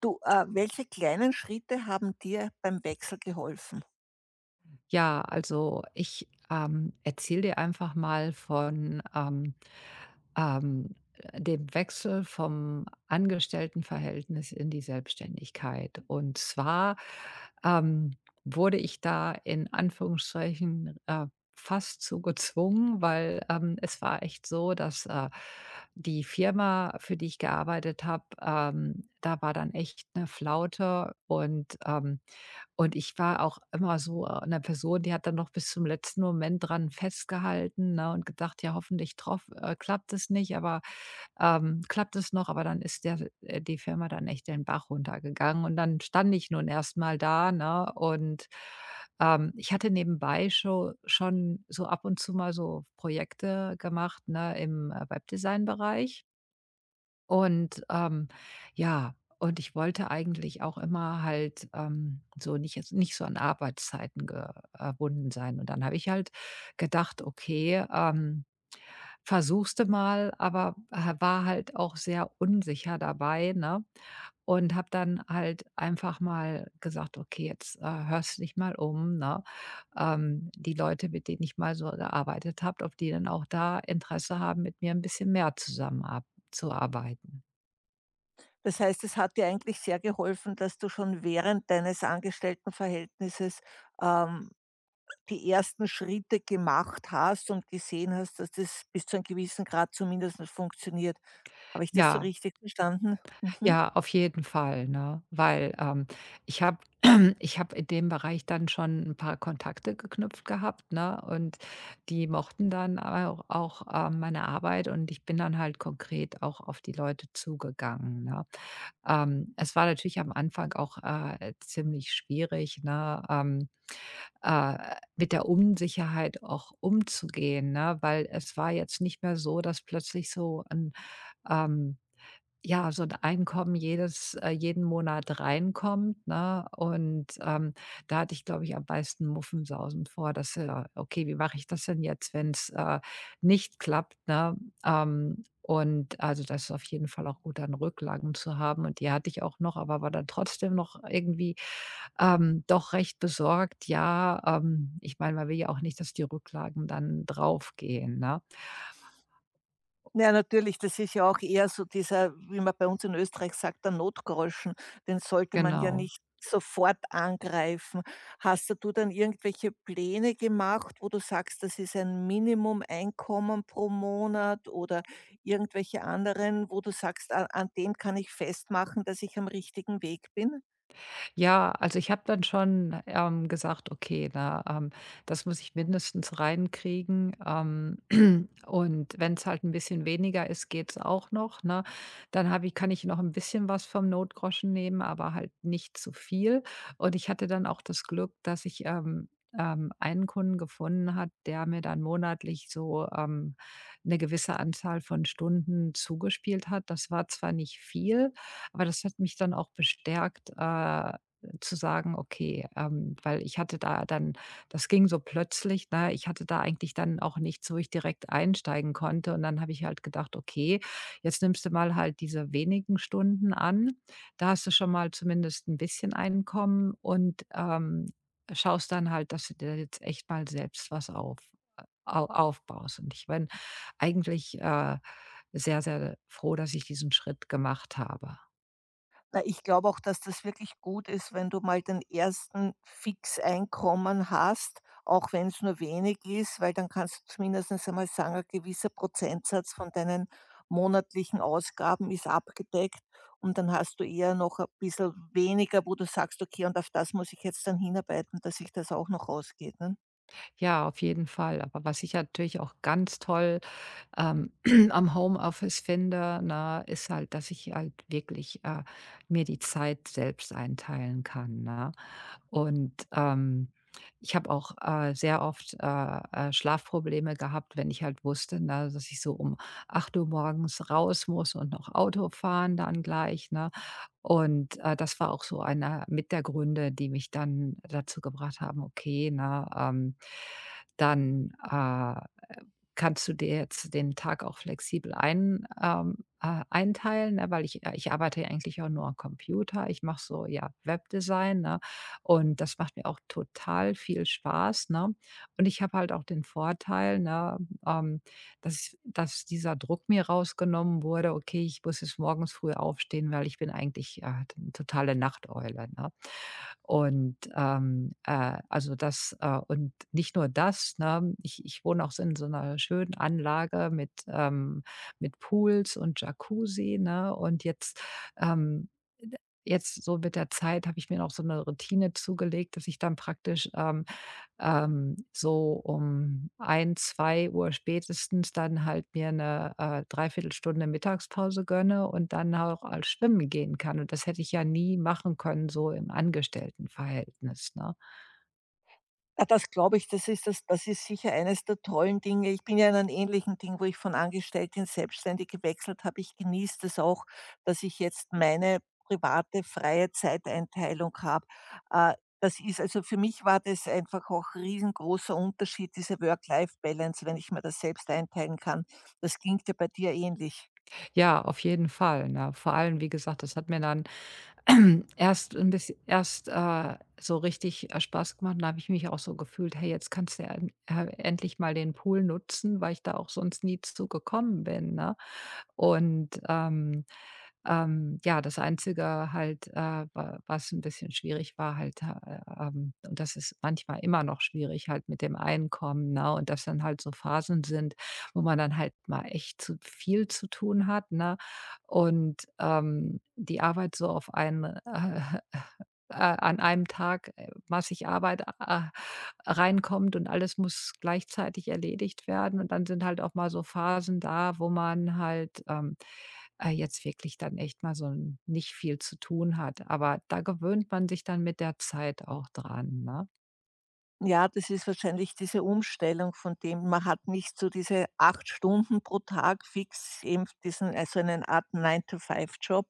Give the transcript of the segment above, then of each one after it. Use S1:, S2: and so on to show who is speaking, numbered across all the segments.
S1: Du, welche kleinen Schritte haben dir beim Wechsel geholfen?
S2: Ja, also ich erzähle dir einfach mal von ähm, dem Wechsel vom Angestelltenverhältnis in die Selbstständigkeit. Und zwar ähm, wurde ich da in Anführungsstrichen fast zu gezwungen, weil es war echt so, dass die Firma, für die ich gearbeitet habe, da war dann echt eine Flaute und ich war auch immer so, 'ne Person, die hat dann noch bis zum letzten Moment dran festgehalten, ne, und gedacht: „Ja, hoffentlich troff klappt es nicht, aber, klappt es noch?" Aber dann ist der die Firma dann echt den Bach runtergegangen und dann stand ich nun erstmal da, ne? Und, ich hatte nebenbei schon so ab und zu mal so Projekte gemacht, ne, im, Webdesign-Bereich. Und, ja und ich wollte eigentlich auch immer halt, so nicht so an Arbeitszeiten gebunden sein. Und dann habe ich halt gedacht: „Okay, versuchst du mal", aber ha war halt auch sehr unsicher dabei, ne? Und habe dann halt einfach mal gesagt: „Okay, jetzt, hörst du dich mal um", ne? Die Leute, mit denen ich mal so gearbeitet habe, ob die dann auch da Interesse haben, mit mir ein bisschen mehr zusammenab zu arbeiten.
S1: Das heißt, es hat dir eigentlich sehr geholfen, dass du schon während deines Angestelltenverhältnisses ähm, die ersten Schritte gemacht hast und gesehen hast, dass das bis zu einem gewissen Grad zumindest funktioniert. Habe ich das so
S2: Ja,
S1: richtig verstanden? Mhm.
S2: ja, auf jeden Fall, ne? Weil, ich habe ich habe in dem Bereich dann schon ein paar Kontakte geknüpft gehabt, ne? Und die mochten dann auch, meine Arbeit und ich bin dann halt konkret auch auf die Leute zugegangen, ne? Es war natürlich am Anfang auch, ziemlich schwierig, ne, mit der Unsicherheit auch umzugehen, ne? Weil es war jetzt nicht mehr so, dass plötzlich ähm ja, so ein Einkommen jedes jeden Monat reinkommt, ne? Und, da hatte ich, glaube ich, am meisten Muffensausen vor, dass okay, wie mache ich das denn jetzt, wenn's, nicht klappt, ne? Und also, das ist auf jeden Fall auch gut, dann Rücklagen zu haben und die hatte ich auch noch, aber war dann trotzdem noch irgendwie, doch recht besorgt. Ja, ich meine, man will ja auch nicht, dass die Rücklagen dann draufgehen, ne?
S1: Ja, natürlich, das ist ja auch eher so dieser, wie man bei uns in Österreich sagt, der Notgroschen. Den sollte man ja
S2: Genau.
S1: nicht sofort angreifen. Hast da du dann irgendwelche Pläne gemacht, wo du sagst, das ist ein Minimum-Einkommen pro Monat oder irgendwelche anderen, wo du sagst, an dem kann ich festmachen, dass ich am richtigen Weg bin?
S2: Ja, also ich habe dann schon, gesagt: „Okay, da, das muss ich mindestens reinkriegen." Und wenn es halt ein bisschen weniger ist, geht's auch noch, ne? Dann habe ich kann ich noch ein bisschen was vom Notgroschen nehmen, aber halt nicht zu viel. Und ich hatte dann auch das Glück, dass ich, einen Kunden gefunden hat, der mir dann monatlich so, 'ne gewisse Anzahl von Stunden zugespielt hat. Das war zwar nicht viel, aber das hat mich dann auch bestärkt, zu sagen, okay, weil ich hatte da dann das ging so plötzlich, ne? Ich hatte da eigentlich dann auch nichts, wo ich direkt einsteigen konnte und dann habe ich halt gedacht: „Okay, jetzt nimmst du mal halt diese wenigen Stunden an. Da hast du schon mal zumindest ein bisschen Einkommen und, schaust dann halt, dass du dir jetzt echt mal selbst was aufbaust." Und ich bin eigentlich, sehr, sehr froh, dass ich diesen Schritt gemacht habe.
S1: Na, ich glaube auch, dass das wirklich gut ist, wenn du mal den ersten Fixeinkommen hast, auch wenn es nur wenig ist, weil dann kannst du zumindest einmal sagen, ein gewisser Prozentsatz von deinen monatlichen Ausgaben ist abgedeckt und dann hast du eher noch ein bisschen weniger, wo du sagst: „Okay, und auf das muss ich jetzt dann hinarbeiten, dass sich das auch noch ausgeht“, ne?
S2: Ja, auf jeden Fall. Aber was ich natürlich auch ganz toll, ähm, am Homeoffice finde, ne, ist halt, dass ich halt wirklich, mir die Zeit selbst einteilen kann, ne? Und, ich habe auch, sehr oft, Schlafprobleme gehabt, wenn ich halt wusste, ne, dass ich so um 8 Uhr morgens raus muss und noch Auto fahren dann gleich, ne? Und, das war auch so einer mit der Gründe, die mich dann dazu gebracht haben: „Okay, ne, dann, kannst du dir jetzt den Tag auch flexibel einteilen", ne, weil ich arbeite ja eigentlich auch nur am Computer. Ich mache so, ja, Webdesign, ne? Und das macht mir auch total viel Spaß, ne? Und ich habe halt auch den Vorteil, ne, ähm, dass dieser Druck mir rausgenommen wurde: „Okay, ich muss jetzt morgens früh aufstehen, weil ich bin eigentlich, ja, 'ne totale Nachteule", ne? Und, also das und nicht nur das, ne? Ich wohne auch so in so einer schönen Anlage mit Pools und Jacuzzi, ne? Und ähm d jetzt so mit der Zeit habe ich mir noch so eine Routine zugelegt, dass ich dann praktisch, so um ein zwei Uhr spätestens dann halt mir eine 3 Mittagspause gönne und dann auch al schwimmen gehen kann. Und das hätte ich ja nie machen können, so im Angestelltenverhältnis, ne?
S1: Ah, das glaube ich, das das ist sicher eines der tollen Dinge. Ich bin ja in einem ähnlichen Ding, wo ich von angestellt in selbstständig gewechselt habe. Ich genieße das auch, dass ich jetzt meine private freie Zeiteinteilung habe. Äh, Das ist also für mich war das einfach auch ein riesengroßer Unterschied, diese Work-Life-Balance, wenn ich mir das selbst einteilen kann. Das klingt ja bei dir ähnlich.
S2: Ja, auf jeden Fall, ne? Vor allem, wie gesagt, das hat mir dann erst ein biss erst, so richtig, Spaß gemacht. Da habe ich mich auch so gefühlt: „Hey, jetzt kannst du ja en endlich mal den Pool nutzen", weil ich da auch sonst nie zu gekommen bin, ne? Und, ja, das Einzige halt, wa was ein bisschen schwierig war halt, und das ist manchmal immer noch schwierig halt mit dem Einkommen, ne? Und dass dann halt so Phasen sind, wo man dann halt mal echt zu viel zu tun hat, ne? Und, die Arbeit so auf einen, an einem Tag, massig Arbeit, reinkommt und alles muss gleichzeitig erledigt werden. Und dann sind halt auch mal so Phasen da, wo man halt, jetzt wirklich dann echt mal so 'n nicht viel zu tun hat. Aber da gewöhnt man sich dann mit der Zeit auch dran, ne?
S1: Ja, das ist wahrscheinlich diese Umstellung von dem, man hat nicht so diese 8 Stunden pro Tag fix, eben diesen, also einen Art 9 to Five Job,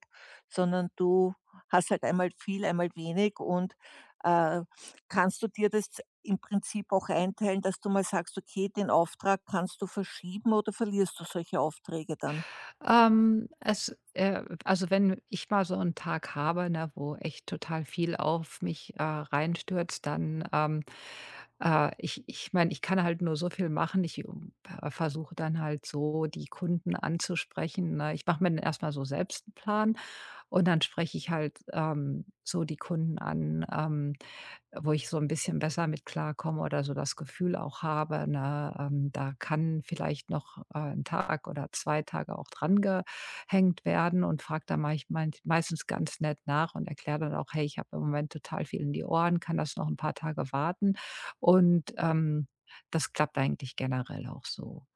S1: sondern du hast halt einmal viel, einmal wenig und äh, kannst du dir das im Prinzip auch einteilen, dass du mal sagst: „Okay, den Auftrag kannst du verschieben“, oder verlierst du solche Aufträge dann?
S2: Es Also, wenn ich mal so einen Tag habe, ne, wo echt total viel auf mich, reinstürzt, dann, ich meine, ich kann halt nur so viel machen. Ich, versuche dann halt so die Kunden anzusprechen, ne? Ich mache mir dann erstmal so selbst einen Plan und dann spreche ich halt, so die Kunden an, wo ich so ein bisschen besser mit klarkomme oder so das Gefühl auch habe, ne, da kann vielleicht noch, 'n Tag oder 2 Tage auch dran gehängt werden und frage dann meich meint meistens ganz nett nach und erkläre dann auch: „Hey, ich habe im Moment total viel in die Ohren, kann das noch ein paar Tage warten?" Und, das klappt eigentlich generell auch so.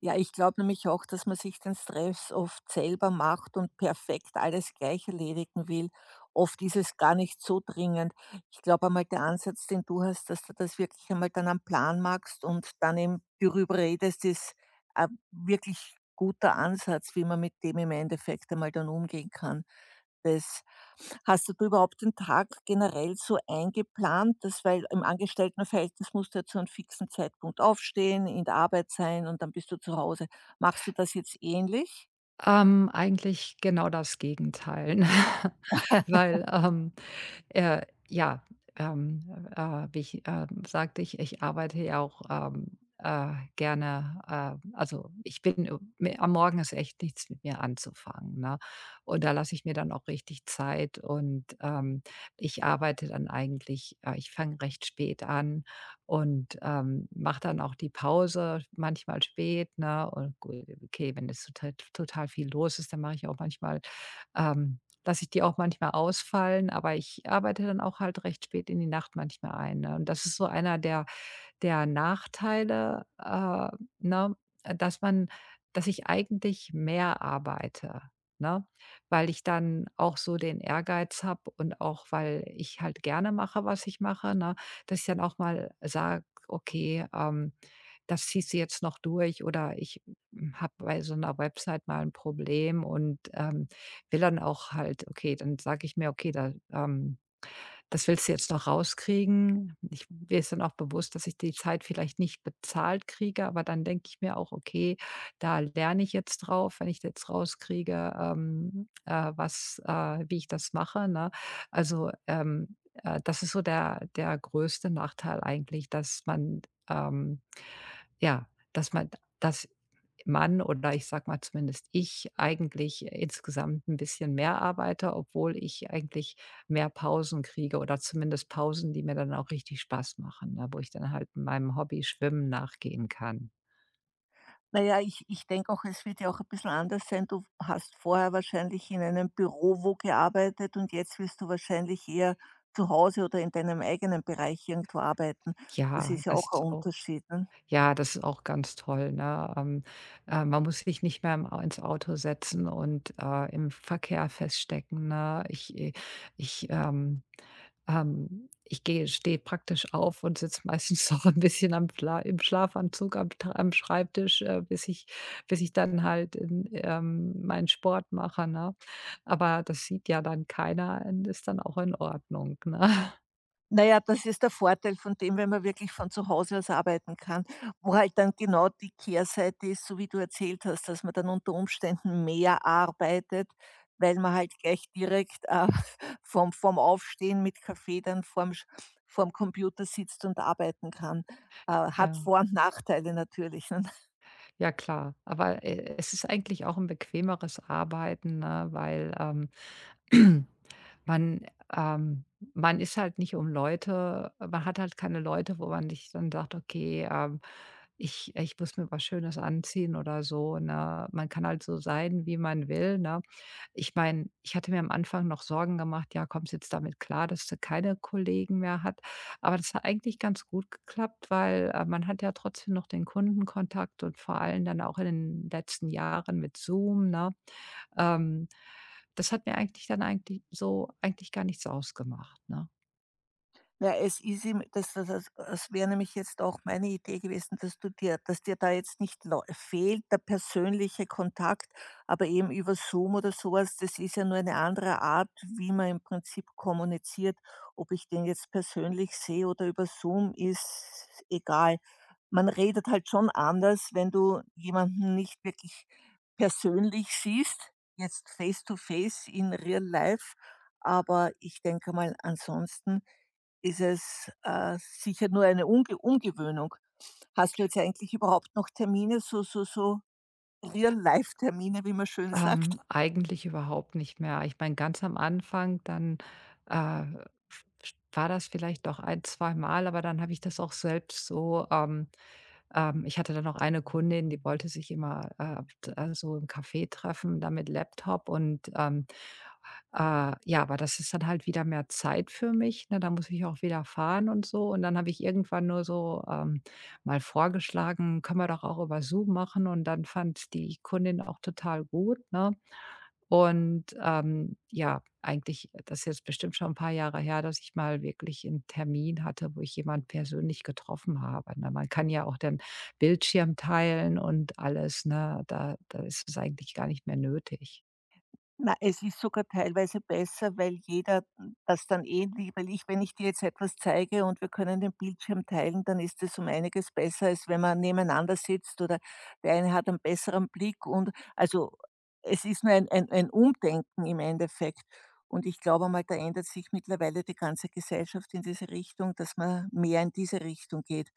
S1: Ja, ich glaube nämlich auch, dass man sich den Stress oft selber macht und perfekt alles gleich erledigen will. Oft ist es gar nicht so dringend. Ich glaube einmal, der Ansatz, den du hast, dass du das wirklich einmal dann am Plan machst und dann eben darüber redest, ist ein wirklich guter Ansatz, wie man mit dem im Endeffekt einmal dann umgehen kann. Das. Hast du überhaupt den Tag generell so eingeplant, dass, weil im Angestelltenverhältnis musst du ja zu einem fixen Zeitpunkt aufstehen, in der Arbeit sein und dann bist du zu Hause. Machst du das jetzt ähnlich?
S2: Eigentlich genau das Gegenteil, ne? Weil, ja, ähm, wie ich, sagte ich, ich arbeite ja auch, gerne, also, ich bin mi am Morgen ist echt nichts mit mir anzufangen, ne? Und da lasse ich mir dann auch richtig Zeit und, ich arbeite dann eigentlich ich fange recht spät an und, mache dann auch die Pause manchmal spät, ne? Und gu okay, wenn es total total viel los ist, dann mache ich auch manchmal, ähm lasse ich die auch manchmal ausfallen, aber ich arbeite dann auch halt recht spät in die Nacht manchmal ein, ne? Und das ist so einer der Nachteile, ne, dass man dass ich eigentlich mehr arbeite, ne? Weil ich dann auch so den Ehrgeiz habe und auch, weil ich halt gerne mache, was ich mache, ne, dass ich dann auch mal sage: „Okay, das ziehst du jetzt noch durch" oder ich habe bei so einer Website mal ein Problem und, will dann auch halt okay, dann sage ich mir: „Okay, da, das willst du jetzt noch rauskriegen. Ich mir ist dann auch bewusst, dass ich die Zeit vielleicht nicht bezahlt kriege, aber dann denke ich mir auch: „Okay, da lerne ich jetzt drauf, wenn ich jetzt rauskriege, was wie ich das mache", ne? Also, das ist so der größte Nachteil eigentlich, dass man, ähm ja, dass man dass oder ich sag mal zumindest ich eigentlich insgesamt ein bisschen mehr arbeite, obwohl ich eigentlich mehr Pausen kriege oder zumindest Pausen, die mir dann auch richtig Spaß machen, ne, wo ich dann halt meinem Hobby Schwimmen nachgehen kann.
S1: Na ja, ich denke auch, es wird ja auch ein bisschen anders sein. Du hast vorher wahrscheinlich in einem Büro wo gearbeitet und jetzt wirst du wahrscheinlich eher zu Hause oder in deinem eigenen Bereich irgendwo arbeiten. Das
S2: Ja,
S1: ist ja
S2: das
S1: auch ein
S2: ist auch
S1: Unterschied, ne?
S2: ja, das ist auch ganz toll, ne? Man muss sich nicht mehr im Au ins Auto setzen und, im Verkehr feststecken, ne? Ich, ich, ich gehe stehe praktisch auf und sitze meistens noch ein bisschen am Fla im Schlafanzug am Schreibtisch, bis ich dann halt in, meinen Sport mache, ne? Aber das sieht ja dann keiner und ist dann auch in Ordnung, ne?
S1: Na ja, das ist der Vorteil von dem, wenn man wirklich von zu Hause aus arbeiten kann, wo halt dann genau die Kehrseite ist, so wie du erzählt hast, dass man dann unter Umständen mehr arbeitet, weil man halt gleich direkt, vom Aufstehen mit Kaffee dann vorm Sch vorm Computer sitzt und arbeiten kann. Hat
S2: Ja,
S1: Vor und Nachteile natürlich, ne?
S2: ja klar. Aber, es ist eigentlich auch ein bequemeres Arbeiten, ne, weil, Man ähm, man ist halt nicht um Leute man hat halt keine Leute, wo man sich dann sagt: „Okay, ich muss mir was Schönes anziehen" oder so, ne? Man kann halt so sein, wie man will, ne? Ich meine, ich hatte mir am Anfang noch Sorgen gemacht: „Ja, kommst jetzt damit klar, dass du keine Kollegen mehr hat?" Aber das hat eigentlich ganz gut geklappt, weil, man hat ja trotzdem noch den Kundenkontakt und vor allem dann auch in den letzten Jahren mit Zoom, ne? Ähm, Das hat mir eigentlich dann eigentlich so eigentlich gar nichts ausgemacht, ne?
S1: Ja, es ist ihm das wäre nämlich jetzt auch meine Idee gewesen, dass du dir, dass dir da jetzt nicht lau fehlt der persönliche Kontakt, aber eben über Zoom oder so was, das ist ja nur eine andere Art, wie man im Prinzip kommuniziert. Ob ich den jetzt persönlich sehe oder über Zoom, ist egal. Man redet halt schon anders, wenn du jemanden nicht wirklich persönlich siehst, jetzt face to face in real life, aber ich denke mal, ansonsten ist es, sicher nur eine Unge Umgewöhnung. Hast du jetzt eigentlich überhaupt noch Termine, so so Real-Life-Termine, wie man schön sagt?
S2: Eigentlich überhaupt nicht mehr. Ich meine, ganz am Anfang, dann, äh, war das vielleicht noch ein zwei Mal, aber dann habe ich das auch selbst so, ich hatte dann noch eine Kundin, die wollte sich immer, t so im Café treffen, dann mit Laptop und, ja, aber das ist dann halt wieder mehr Zeit für mich, ne? Da muss ich auch wieder fahren und so. Und dann habe ich irgendwann nur so, mal vorgeschlagen: „Können wir doch auch über Zoom machen." Und dann fand die Kundin auch total gut, ne? Und, ja, eigentlich das ist jetzt bestimmt schon ein paar Jahre her, dass ich mal wirklich einen Termin hatte, wo ich jemand persönlich getroffen habe, ne? Man kann ja auch dann Bildschirm teilen und alles, ne? Da ist es eigentlich gar nicht mehr nötig.
S1: Na, es ist sogar teilweise besser, weil jeder das dann eh lieber, weil ich, wenn ich dir jetzt etwas zeige und wir können den Bildschirm teilen, dann ist es um einiges besser, als wenn man nebeneinander sitzt oder der eine hat einen besseren Blick und also, es ist nur ein Umdenken im Endeffekt. Und ich glaube mal, da ändert sich mittlerweile die ganze Gesellschaft in diese Richtung, dass man mehr in diese Richtung geht.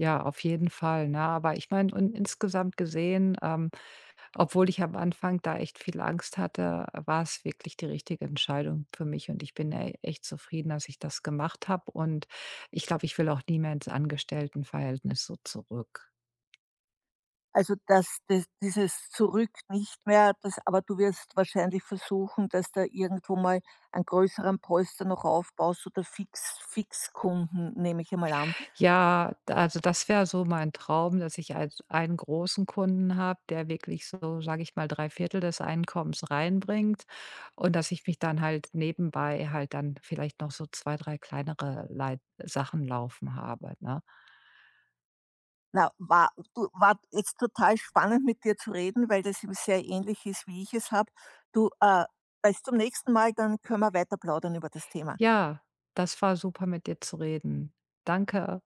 S2: Ja, auf jeden Fall, ne? Aber ich meine und insgesamt gesehen, obwohl ich am Anfang da echt viel Angst hatte, war es wirklich die richtige Entscheidung für mich und ich bin e echt zufrieden, dass ich das gemacht habe und ich glaube, ich will auch nie mehr ins Angestelltenverhältnis so zurück.
S1: Also, dass das dieses Zurück nicht mehr, das, aber du wirst wahrscheinlich versuchen, dass da irgendwo mal einen größeren Polster noch aufbaust oder Fixkunden, nehme ich einmal an.
S2: Ja, also das wäre so mein Traum, dass ich als einen großen Kunden habe, der wirklich so, sage ich mal, drei Viertel des Einkommens reinbringt und dass ich mich dann halt nebenbei halt dann vielleicht noch so 2, 3 kleinere Lei Sachen laufen habe, ne?
S1: Na, war jetzt total spannend, mit dir zu reden, weil das eben sehr ähnlich ist, wie ich es habe. Du, bis zum nächsten Mal, dann können wir weiter plaudern über das Thema.
S2: Ja, das war super, mit dir zu reden. Danke.